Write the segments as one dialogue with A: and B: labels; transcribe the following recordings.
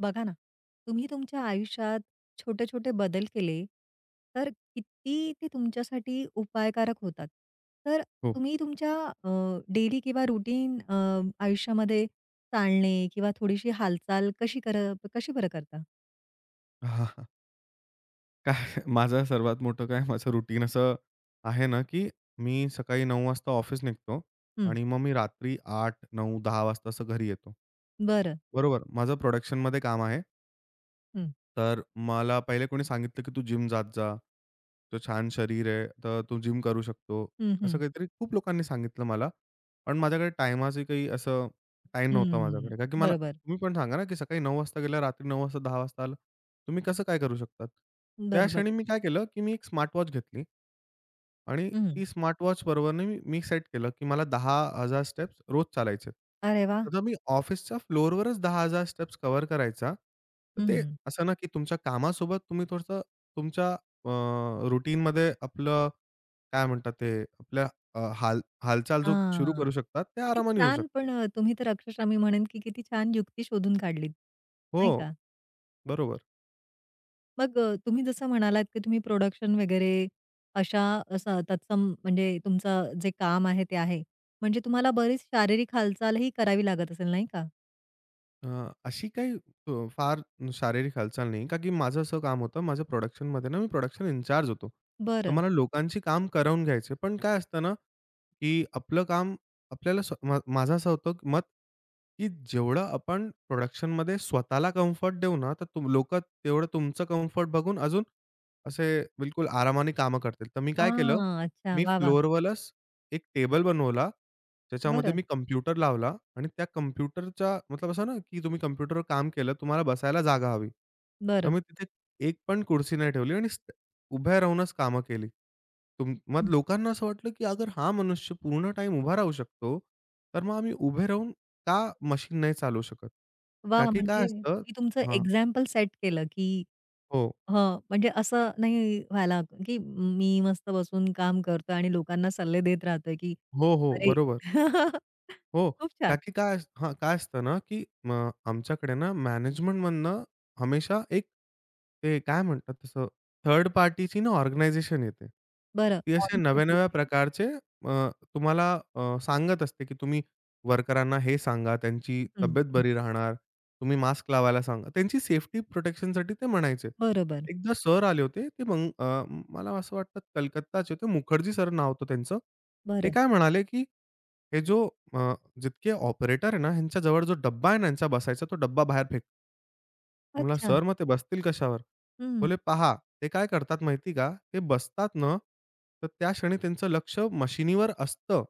A: बघा ना, तुम्ही तुमच्या आयुष्यात छोटे-छोटे बदल केले, तर किती ते तुमच्यासाठी उपायकारक होतात. तर
B: हो.
A: तुम्ही तुमच्या अ, डेली किंवा रुटीन आयुष्यामध्ये चालणे किंवा थोडीशी हालचाल कशी बरं करता?
B: हां, हां. काय माझं रुटीन असं आहे ना, की मी सकाळी 9 वाजता ऑफिस निघतो
A: हं,
B: आणि मग मी रात्री आठ 9, 10 वाजता असं घरी येतो.
A: बरं.
B: बरोबर. माझं प्रोडक्शनमध्ये काम आहे.
A: हं,
B: तर मला पहिले कोणी सांगितलं, की "तू जिम जात जा. तुझं छान शरीर आहे, तर तू जिम करू शकतो."
A: हं,
B: असं
A: हं,
B: काहीतरी खूप लोकांनी सांगितलं मला. पण माझ्याकडे टाईमाचं काही असं टाईम नव्हता
A: हं.
B: माझ्याकडे. कारण की मला
A: बरोबर,
B: तुम्ही पण सांगा ना, की सकाळी 9:00 वाजता गेला, रात्री 9:00 वाजता 10:00 वाजता आला. तुम्ही कसं काय करू शकतात? त्या
A: बरोबर.
B: क्षणी मी काय केलं, की मी एक स्मार्टवॉच घेतली. आणि
A: हं.
B: ती स्मार्टवॉच बरोबरने मी मी सेट केलं, की मला 10,000 स्टेप्स रोज चालायचे.
A: अरे वाह!
B: तर मी ऑफिसच्या फ्लोअरवरच 10,000 स्टेप्स कव्हर करायचा. तर ते
A: हं.
B: असं ना, की तुमच्या कामासोबत तुम्ही थोडंसं तुमच्या अ, रूटीनमध्ये आपलं काय म्हणतात ते आपल्या हालचाल जो सुरू
A: हां.
B: करू शकतात, ते
A: किती
B: आरामाने होऊ
A: छान
B: शकते.
A: पण तुम्ही तर अक्षरशः मी म्हणेन की किती छान युक्ती शोधून काढलीत,
B: हो,
A: नाही का?
B: बरोबर.
A: मग तुम्ही जसं म्हणालात, की तुम्ही प्रोडक्शन वगैरे अशा असा तत्सम म्हणजे तुमचं जे काम आहे ते आहे. म्हणजे तुम्हाला बरीच शारीरिक हालचालही करावी लागत असेल नाही का?
B: अ, अशी काही फार शारीरिक हालचाल नाही, का की माझं असं काम होतं, माझं प्रोडक्शनमध्ये ना मी प्रोडक्शन इन्चार्ज होतो. तर
A: बरं.
B: मला लोकांची काम करवून घ्यायचे. पण काय असतं ना की आपलं काम आपल्याला स्व मा माझं असं होतं की मत, की जेवढं आपण प्रोडक्शनमध्ये स्वतःला कम्फर्ट देऊ ना, तर लोकं तेवढं तुमचं कम्फर्ट बघून अजून असे बिलकुल आरामाने कामं करतील. तर मी काय केलं,
A: हां. अच्छा.
B: मी
A: वा, वा,
B: फ्लोअरवरच एक टेबल बनवला. त्याच्यामध्ये
A: बरं,
B: मी कॉम्प्युटर लावला आणि त्या कॉम्प्युटरचा मतलब असं ना, की तुम्ही कॉम्प्युटरवर काम केलं, तुम्हाला बसायला जागा हवी. तर
A: बरं.
B: मी तिथे एक पण कुर्सी नाही ठेवली आणि उभ्या राहूनच कामं केली. मग लोकांना असं वाटलं, की अगर हा मनुष्य पूर्ण टाइम उभा राहू शकतो, तर मग आम्ही उभे राहून का मशीन नाही चालवू शकत? का
A: वाह!
B: की काय
A: म्हणजे
B: असतं
A: मी तुमचं
B: हां.
A: एक्झाम्पल सेट केलं, की
B: हो.
A: हं, म्हणजे असं नाही व्हायला, की मी मस्त बसून काम करतोय आणि लोकांना सल्ले देत राहतोय, की
B: हो, हो.
A: अरे
B: बरोबर. हो.
A: खूप
B: का
A: छान.
B: की काय अस हां, काय असतं ना, की म आमच्याकडे ना मॅनेजमेंटमधनं हमेशा एक ते काय म्हणतात तसं थर्ड पार्टीची ना ऑर्गनायझेशन येते.
A: बरं
B: ती असे
A: ऑडिटसाठी
B: नव्या-नव्या
A: वगैरे का?
B: प्रकारचे अ, तुम्हाला सांगत असते, की तुम्ही वर्करांना हे सांगा, त्यांची
A: हं,
B: तब्येत
A: हं.
B: बरी राहणार. तुम्ही मास्क लावायला सांगा. त्यांची सेफ्टी प्रोटेक्शनसाठी ते म्हणायचे.
A: बरोबर.
B: एकदा सर आले होते. ते मग मला असं वाटतं कलकत्ताचे होते. मुखर्जी सर नाव होतं त्यांचं. ते
A: बरं.
B: काय म्हणाले, की हे जितके ऑपरेटर आहे ना, ह्यांच्या जवळ जो डब्बा आहे ना ह्यांचा बसायचा, तो डब्बा बाहेर फेक म्हणलं,
A: अच्छा.
B: "सर मग ते बसतील कशावर?"
A: हं.
B: बोले "पहा, ते काय करतात माहिती का? ते बसतात ना, तर त्या क्षणी त्यांचं लक्ष मशिनीवर असतं."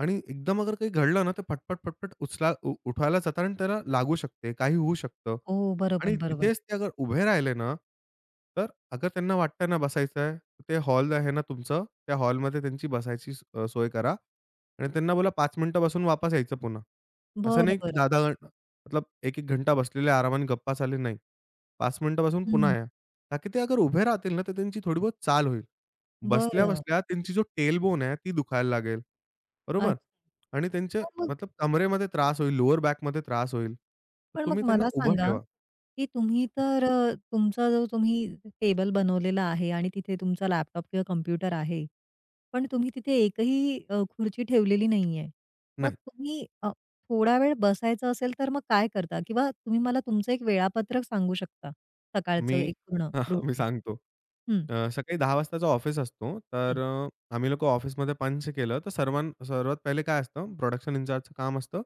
B: आणि एकदम अगर काही घडलं ना, तर फटफट, फटफट उचला उठवायला जातात आणि त्याला लागू शकते, काही होऊ शकतं.
A: हो,
B: आणि
A: बरोबर, बरोबर.
B: तिथेच ते अगर उभे राहिले ना, तर अगर त्यांना वाटतं ना बसायचं आहे, तर ते हॉल आहे ना तुमचं, त्या हॉलमध्ये त्यांची बसायची सोय करा आणि त्यांना बोला 5 मिनिटं बसून वापस यायचं पुन्हा. असं
A: बरं,
B: नाही की
A: बरं.
B: 10-10 मतलब 1-1 घंटा बसलेले आरामाने गप्पा चालले, नाही. 5 मिनिटापासून
A: हं.
B: पुन्हा या. का की ते अगर उभे राहतील ना, तर त्यांची थोडी बहुत चाल होईल.
A: बरं.
B: बसल्या-बसल्या त्यांची जो टेल बोन आहे, ती दुखायला लागेल. बरोबर?
A: अच्छा.
B: आणि त्यांचे
A: पण मग
B: मतलब कमरेमध्ये त्रास होईल, लोअर बॅकमध्ये त्रास होईल. तर तुम्ही त्यांना
A: मला
B: उभं
A: सांगा,
B: ठेवा.
A: की तुम्ही तर तुमचा जो तुम्ही टेबल बनवलेला आहे आणि तिथे तुमचा लॅपटॉप किंवा कॉम्प्युटर आहे. पण तुम्ही तिथे एकही खुर्ची ठेवलेली नाहीये. मग तुम्ही थोडा वेळ बसायचं असेल तर मग काय करता? किंवा तुम्ही मला तुमचं एक वेळापत्रक सांगू शकता? सकाळचं
B: मी
A: एक पूर्ण
B: मी
A: रुटीन.
B: सांगतो.
A: हं,
B: सकाळी 10 वाजताचा ऑफिस असतो. तर
A: हं.
B: आम्ही लोकं ऑफिसमध्ये पंच केलं, तर सर्वात पहिले काय असतं, प्रोडक्शन इन्चार्जचं काम असतं,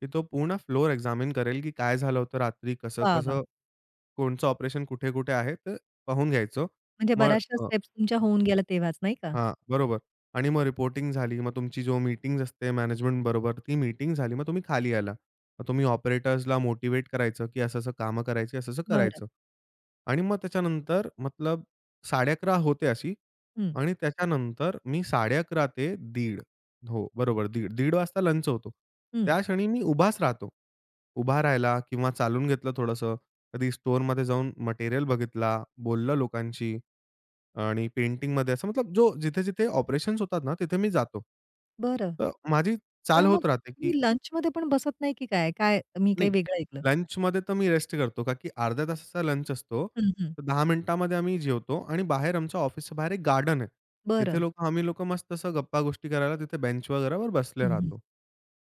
B: की तो पूर्ण फ्लोर एक्झामिन करेल, की काय झालं होतं रात्री,
A: वाह! वाह!
B: कसं-कसं, कोणचं ऑपरेशन कुठे-कुठे आहे, तर पाहून घ्यायचं.
A: म्हणजे
B: मग
A: बऱ्याचशा
B: अ
A: स्टेप्स तुमच्या होऊन गेल्या तेव्हाच नाही का?
B: हां, बरोबर. आणि मग रिपोर्टिंग झाली. मग तुमची जो मीटिंग्ज असते मॅनेजमेंटबरोबर, ती मीटिंग झाली. मग तुम्ही खाली आला. मग तुम्ही ऑपरेटर्सला मोटिव्हेट करायचं, की असं-असं कामं करायची, असं-असं
A: बरं.
B: करायचं. आणि मग त्याच्यानंतर मतलब 11:30 होते अशी
A: हं,
B: आणि त्याच्यानंतर मी 11:30 ते 1:30 हो, बरोबर. 1:30 वाजता लंच होतो.
A: हं.
B: त्या क्षणी मी उभाच राहतो. उभा राहिला किंवा चालून घेतलं थोडंसं. कधी स्टोअरमध्ये जाऊन मटेरियल बघितला, बोललं लोकांशी. आणि पेंटिंगमध्ये असं मतलब जो जिथे-जिथे ऑपरेशन्स होतात ना, तिथे मी जातो.
A: बरं.
B: तर माझी
A: पण
B: चाल
A: मग
B: होत राहते, की
A: तुम्ही लंचमध्ये पण बसत नाही की काय? काय मी
B: नाही.
A: काही वेगळं ऐकलं?
B: लंचमध्ये तर मी रेस्ट करतो, का की अर्ध्या तासाचा लंच असतो.
A: हं, हं.
B: तर दहा मिनिटामध्ये आम्ही जेवतो आणि बाहेर आमच्या ऑफिसच्या बाहेर एक गार्डन आहे. तिथे
A: बरं,
B: लोकं आम्ही लोकं मस्त असं गप्पा-गोष्टी करायला तिथे बेंच वगैरेवर बसले
A: हं, हं.
B: राहतो.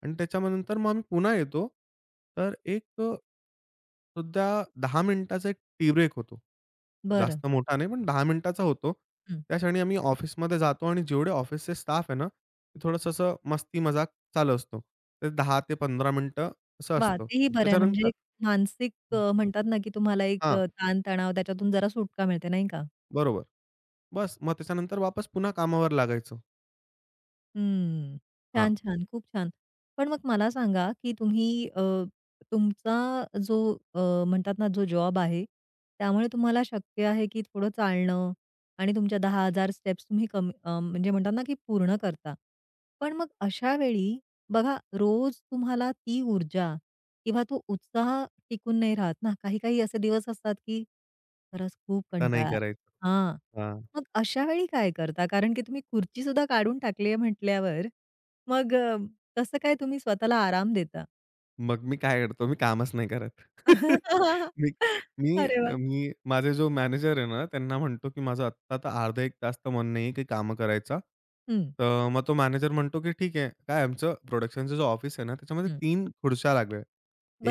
B: आणि त्याच्यानंतर मग आम्ही पुन्हा येतो. तर एक सुद्धा 10 मिनिटाचा एक टी ब्रेक होतो.
A: बरं.
B: जास्त मोठा नाही, पण 10 मिनिटाचा होतो.
A: हं.
B: त्या क्षणी आम्ही ऑफिसमध्ये जातो आणि जेवढे ऑफिसचे स्टाफ आहे ना, ते थोडंसं असं मस्ती-मजाक चालू असतो. ते 10 ते 15 मिनिटं असं
A: वाह!
B: असतं.
A: तेही बरं आहे म्हणजे
B: त्याच्यानंतर
A: एक मानसिक म्हणतात ना की तुम्हाला एक
B: हां,
A: ताण-तणाव त्याच्यातून जरा सुटका मिळते, नाही का?
B: बरोबर. बस मग त्याच्यानंतर वापस पुन्हा कामावर लागायचो.
A: हम्म.
B: हां,
A: छान, छान. खूप छान. पण मग मला सांगा, की तुम्ही तुमचा जो अ, म्हणतात ना, जो जॉब आहे, त्यामुळे तुम्हाला शक्य आहे, की थोडं चालणं आणि तुमच्या 10,000 स्टेप्स तुम्ही कमी म्हणजे म्हणतात ना, की पूर्ण करता. पण मग अशा वेळी बघा, रोज तुम्हाला ती ऊर्जा किंवा तो उत्साह टिकून नाही राहत ना. काही-काही असे दिवस असतात, की खरंच खूप
B: आता नाही
A: कंटाळा आला.
B: करायचं.
A: हां.
B: हां,
A: मग अशा वेळी काय करता? कारण की तुम्ही खुर्चीसुद्धा काढून टाकली आहे म्हटल्यावर मग कसं काय तुम्ही स्वतःला आराम देता?
B: मग मी काय करतो, मी कामच नाही करत. मी मी
A: अरे वाह!
B: मी माझे जो मॅनेजर आहे ना, त्यांना म्हणतो, की माझं आत्ता तर अर्धा 1 तास तर मन नाहीये, की कामं करायचा.
A: हं,
B: तर मग तो मॅनेजर म्हणतो, की "ठीक आहे." काय आमचं प्रोडक्शनचं जो ऑफिस आहे ना, त्याच्यामध्ये
A: हं.
B: 3 खुर्च्या लागल्या.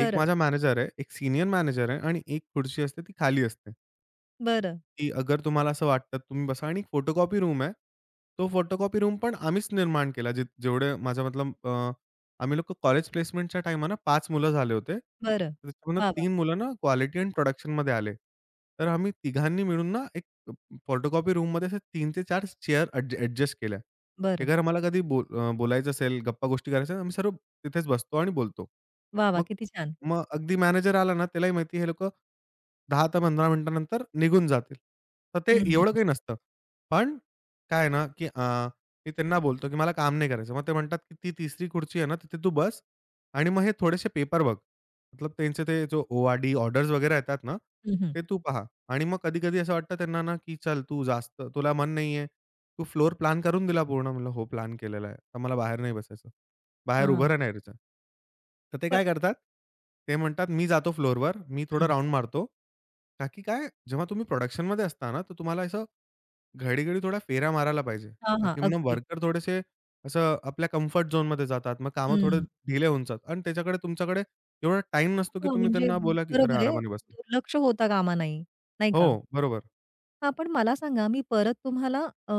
B: एक माझा मॅनेजर आहे, एक सीनियर मॅनेजर आहे आणि एक खुर्ची असते ती खाली असते.
A: बरं,
B: की अगर तुम्हाला असं वाटतं, तुम्ही बसा आणि एक फोटोकॉपी रूम आहे. तो फोटोकॉपी रूम पण आम्हीच निर्माण केला. जे जेवढे माझा मतलब आम्ही लोकं कॉलेज प्लेसमेंटच्या टाईमाला पाच मुलं झाले होते.
A: बरं.
B: तर त्याच्यामधनं
A: वाह, वाह!
B: 3 मुलं ना क्वालिटी एंड प्रोडक्शनमध्ये आले. तर आम्ही तिघांनी मिळून ना एक फोटोकॉपी रूममध्ये असे 3 ते 4 चेअर ॲडजस्ट केल्या. की
A: बरं.
B: अगर आम्हाला कधी बोलायचं असेल, गप्पा गोष्टी करायच्या, आम्ही सर्व तिथेच बसतो आणि बोलतो.
A: वाह, वाह!
B: मग
A: किती छान.
B: मग अगदी मॅनेजर आला ना, त्यालाही माहिती आहे हे लोकं 10 ते 15 मिनिटानंतर निघून जातील. तर ते एवढं
A: हं,
B: काही नसतं. पण काय आहे ना, की मी त्यांना बोलतो, की "मला काम नाही करायचं." मग ते म्हणतात, की "ती तिसरी खुर्ची आहे ना, तिथे तू बस आणि मग हे थोडेसे पेपर बघ." मतलब त्यांचे ते जो ORD ऑर्डर्स वगैरे येतात ना,
A: हं, हं.
B: ते तू पहा आणि मग कधी-कधी असं वाटतं त्यांना ना, की "चल तू जास्त तुला मन नाहीये, तू फ्लोर प्लॅन करून दिला पूर्ण." म्हणलं "हो, प्लॅन केलेला आहे. तर मला बाहेर नाही बसायचं." बाहेर उभं
A: हां.
B: राहण्याचं. तर ते
A: पण
B: काय करतात? ते म्हणतात, "मी जातो फ्लोअरवर, मी थोडं
A: हं.
B: राउंड मारतो." का की काय, जेव्हा तुम्ही प्रोडक्शनमध्ये असता ना, तर तुम्हाला असं घडी-घडी थोडा फेऱ्या मारायला पाहिजे.
A: हां,
B: का
A: हां.
B: की मग
A: अगदी.
B: वर्कर थोडेसे असं आपल्या कम्फर्ट झोनमध्ये जातात. मग कामं थोडे
A: हं.
B: डिले होऊन जातात आणि त्याच्याकडे तुमच्याकडे एवढा टाईम नसतो, की
A: हां,
B: तुम्ही
A: म्हणजे
B: त्यांना बोला, की "अरे,
A: बरोबर आहे.
B: आरामाने बसा."
A: दुर्लक्ष होता कामा नये, नाही
B: हो,
A: का?
B: बरोबर.
A: हां, पण मला सांगा, मी परत तुम्हाला अ,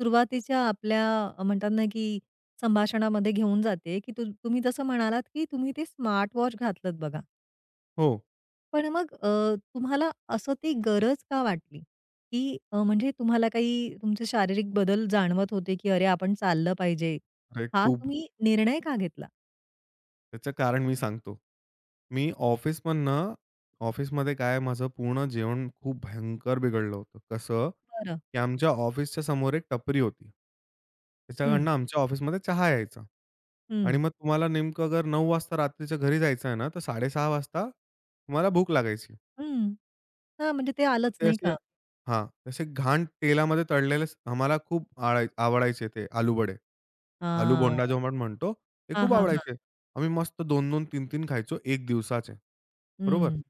A: सुरुवातीच्या आपल्या म्हणतात ना, की संभाषणामध्ये घेऊन जाते, की तुम्ही जसं म्हणालात, की तुम्ही ते स्मार्टवॉच घातलत बघा.
B: हो.
A: पण मग तुम्हाला असं ती गरज का वाटली? की म्हणजे तुम्हाला काही तुमचे शारीरिक बदल जाणवत होते, की "अरे, आपण चाललं पाहिजे."
B: अरे,
A: हा
B: खूप
A: तुम्ही निर्णय का घेतला?
B: त्याचं कारण मी सांगतो. मी ऑफिसमधनं ऑफिसमध्ये काय माझं पूर्ण जेवण खूप भयंकर बिघडलं होतं. कसं,
A: बरं.
B: की आमच्या ऑफिसच्या समोर एक टपरी होती.
A: हं,
B: त्याच्याकडनं आमच्या ऑफिसमध्ये चहा यायचा. आणि
A: हं,
B: मग तुम्हाला नेमकं अगर 9:00 वाजता रात्रीच्या घरी जायचं आहे ना, तर 6:30 वाजता तुम्हाला भूक लागायची.
A: हं. हां, म्हणजे ते
B: तर
A: आलंच
B: ते
A: नाही का?
B: असे हां, तसे घाण तेलामध्ये तळलेले आम्हाला खूप आवडायचे ते आलूवडे. आलू
A: हां.
B: बोंडा जो आपण म्हणतो, ते
A: हां,
B: खूप
A: हां, हां.
B: आवडायचे. आम्ही मस्त दोन दोन तीन तीन खायचो 1 दिवसाचे. बरोबर?
A: हं,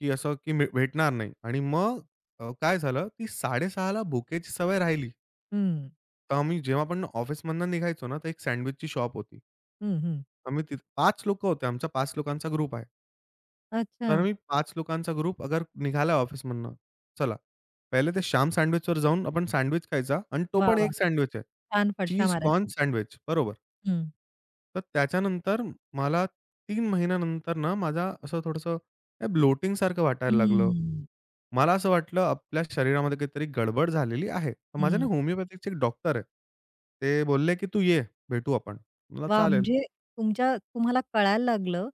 B: की असं की भेटणार नाही आणि मग काय झालं ती 6:30 ला भुकेची सवय राहिली.
A: हं,
B: तर आम्ही जेव्हा पण ऑफिसमधनं निघायचो ना, तर एक सँडविचची शॉप होती.
A: हं, हं.
B: आम्ही तिथं 5 लोकं होते. आमचा 5 लोकांचा ग्रुप आहे.
A: अच्छा.
B: तर आम्ही 5 लोकांचा ग्रुप अगर निघाला ऑफिसमधनं, चला. पहिले ते श्याम सँडविचवर जाऊन आपण सँडविच खायचा आणि तो
A: वाह!
B: पण
A: वाह!
B: एक सँडविच आहे.
A: छान फडशा
B: चीज कॉर्न
A: मारायचा.
B: सँडविच. बरोबर.
A: हं.
B: तर त्याच्यानंतर मला 3 महिन्यानंतर ना माझा असं थोडंसं काय ब्लोटिंगसारखं वाटायला लागलं.
A: हं,
B: मला असं वाटलं आपल्या शरीरामध्ये काहीतरी गडबड झालेली आहे. तर माझे ना
A: हं.
B: होमिओपॅथिकचे एक डॉक्टर आहे. ते बोलले, की "तू ये, भेटू आपण." मला
A: वाह!
B: "चालेल."
A: म्हणजे तुमच्या तुम्हाला कळायला लागलं,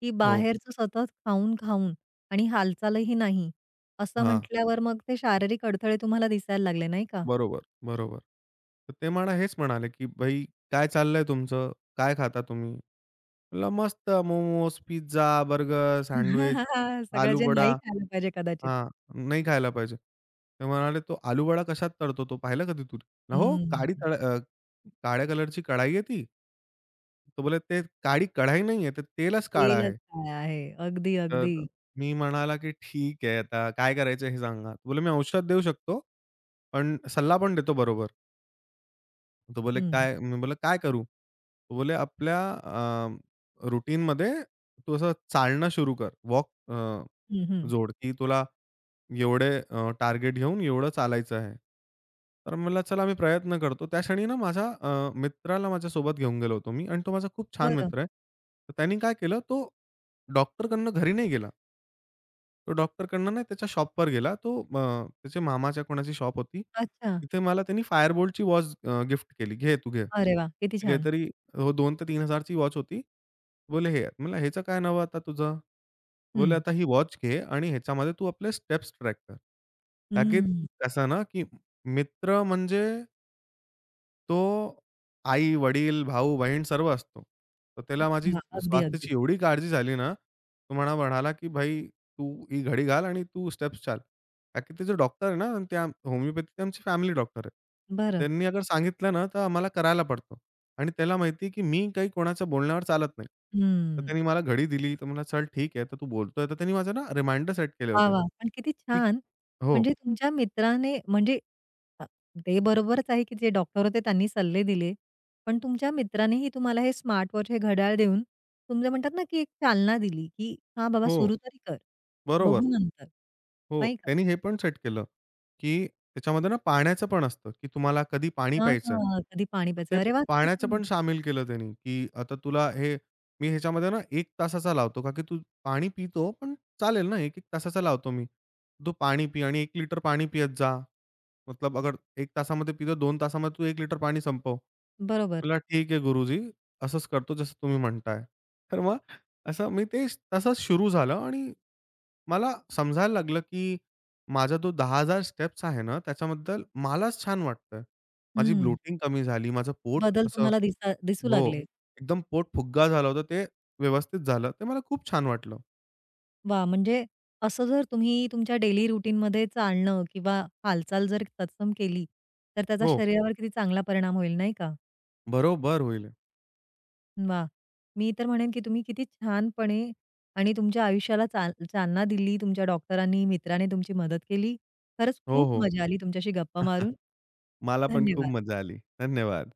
A: की
B: हो.
A: बाहेरचं सतत खाऊन-खाऊन आणि हालचालही नाही, असं
B: हां.
A: म्हटल्यावर मग ते शारीरिक अडथळे तुम्हाला दिसायला लागले, नाही का?
B: बरोबर, बरोबर. तर ते मला हेच म्हणाले, की "भाई काय चाललंय तुमचं? काय खाता तुम्ही?" म्हटलं "मस्त मोमोज, पिझ्झा, बर्गर, सँडविच,
A: सगळं जे
B: आलूवडा."
A: नाही खायला पाहिजे कदाचित.
B: हां, नाही खायला पाहिजे. ते म्हणाले, "तो आलूवडा कशात तळतो तो पाहिला कधी तू?" "ना "हो,
A: हं.
B: काळ्या कलरची कढाई आहे ती." तो बोलला, "ते काळी कढाई नाहीये, ते तेलच काळं
A: तेलच
B: आहे."
A: काय आहे. अगदी,
B: तर
A: अगदी.
B: मी म्हणाला, की "ठीक आहे, आता काय करायचं हे सांगा." तो बोलला, "मी औषध देऊ शकतो, पण सल्ला पण देतो बरोबर." तो बोलले,
A: हं,
B: "काय?" मी बोलला, "काय करू?" तो बोलले, "आपल्या रुटीनमध्ये तू असं चालणं सुरू कर,
A: हं, हं.
B: जोड, की तुला एवढे टार्गेट घेऊन एवढं चालायचं आहे. तर मला चला मी प्रयत्न करतो. त्या क्षणी ना माझ्या मित्राला माझ्यासोबत घेऊन गेलो होतो मी आणि तो माझा खूप छान
A: बरं.
B: मित्र आहे. तर त्यांनी काय केलं, तो डॉक्टरकडनं घरी नाही गेला. तो डॉक्टरकडनं नाही त्याच्या शॉपवर गेला. तो त्याच्या मामाच्या कोणाची शॉप होती.
A: अच्छा.
B: तिथे मला त्यांनी Firebolt वॉच गिफ्ट केली. "घे तू घे."
A: अरे वाह! किती छान.
B: काहीतरी हो 2,000 ते 3,000 ची वॉच होती. बोले, "हे." म्हणलं, "ह्याचं काय नाव आता तुझं?" बोले,
A: हं.
B: "आता ही वॉच घे आणि ह्याच्यामध्ये तू आपले स्टेप्स ट्रॅक कर." का की
A: हं.
B: कसं ना, की मित्र म्हणजे तो आई-वडील, भाऊ-बहीण सर्व असतो. तर त्याला माझी
A: हां. अगदी, अगदी.
B: स्वास्थ्याची एवढी काळजी झाली ना, तो म्हणाला, की "भाई, तू ही घडी घाल आणि तू स्टेप्स चाल." का की ते जे डॉक्टर आहे ना, ते होमिओपॅथीचे आमची फॅमिली डॉक्टर आहे.
A: बरं.
B: त्यांनी अगर सांगितलं ना, तर आम्हाला करायला पडतो आणि त्याला माहिती आहे, की मी काही कोणाच्या बोलण्यावर चालत नाही. तर
A: हं.
B: त्यांनी मला घडी दिली, तर म्हणला, "चल ठीक आहे, तर तू बोलतोय." तर त्यांनी माझं ना रिमाइंडर सेट केले
A: वाह,
B: होते,
A: वाह! पण किती
B: की
A: छान
B: हो,
A: म्हणजे तुमच्या मित्राने म्हणजे अ, ते बरोबरच आहे, की जे डॉक्टर होते त्यांनी सल्ले दिले. पण तुमच्या मित्रानेही तुम्हाला हे स्मार्टवॉच, हे घड्याळ देऊन तुमचं म्हणतात ना, की एक चालना दिली, की "हां, बाबा
B: हो,
A: सुरू तरी कर.
B: बरोबर.
A: बघू नंतर."
B: हो,
A: नाही का?
B: त्यांनी हे पण सेट केलं, की त्याच्यामध्ये ना पाण्याचं पण असतं, की तुम्हाला कधी पाणी प्यायचंय.
A: हां, कधी पाणी
B: तर
A: प्यायचं.
B: ते
A: अरे वाह! किती
B: पाण्याचं
A: छान.
B: पण शामिल केलं त्यांनी, की आता तुला हे मी ह्याच्यामध्ये ना 1 तासाचा लावतो, का की तू पाणी पितो, पण चालेल ना 1-1 तासाचा लावतो मी. तू पाणी पी आणि 1 लिटर पाणी पित जा. मतलब अगर 1 तासामध्ये पितो, 2 तासामध्ये तू 1 लिटर पाणी संपव.
A: बरोबर.
B: म्हटलं, "ठीक आहे गुरुजी, असंच करतो जसं तुम्ही म्हणताय." तर मग असं मी ते तसंच सुरू झालं आणि मला समजायला लागलं, की माझा तो 10,000 स्टेप्स आहे ना, त्याच्याबद्दल मलाच छान वाटतंय. माझी
A: हं.
B: ब्लोटिंग कमी झाली, माझं पोट
A: बदल
B: असं
A: तुम्हाला दिसू
B: हो,
A: लागले.
B: एकदम पोट फुग्गा झालं होतं, ते व्यवस्थित झालं. ते मला खूप छान वाटलं.
A: वाह! म्हणजे असं जर तुम्ही तुमच्या डेली रुटीनमध्ये चालणं किंवा हालचाल जर तत्सम केली, तर त्याचा
B: हो,
A: शरीरावर किती चांगला परिणाम होईल, नाही का?
B: बरोबर होईल.
A: वा, मी तर म्हणेन, की तुम्ही किती छानपणे आणि तुमच्या आयुष्याला चालना दिली. तुमच्या डॉक्टरांनी, मित्राने तुमची मदत केली. खरंच
B: हो,
A: खूप
B: हो.
A: मजा आली तुमच्याशी गप्पा मारून.
B: मला पण खूप
A: धन्यवाद.
B: मजा आली. धन्यवाद.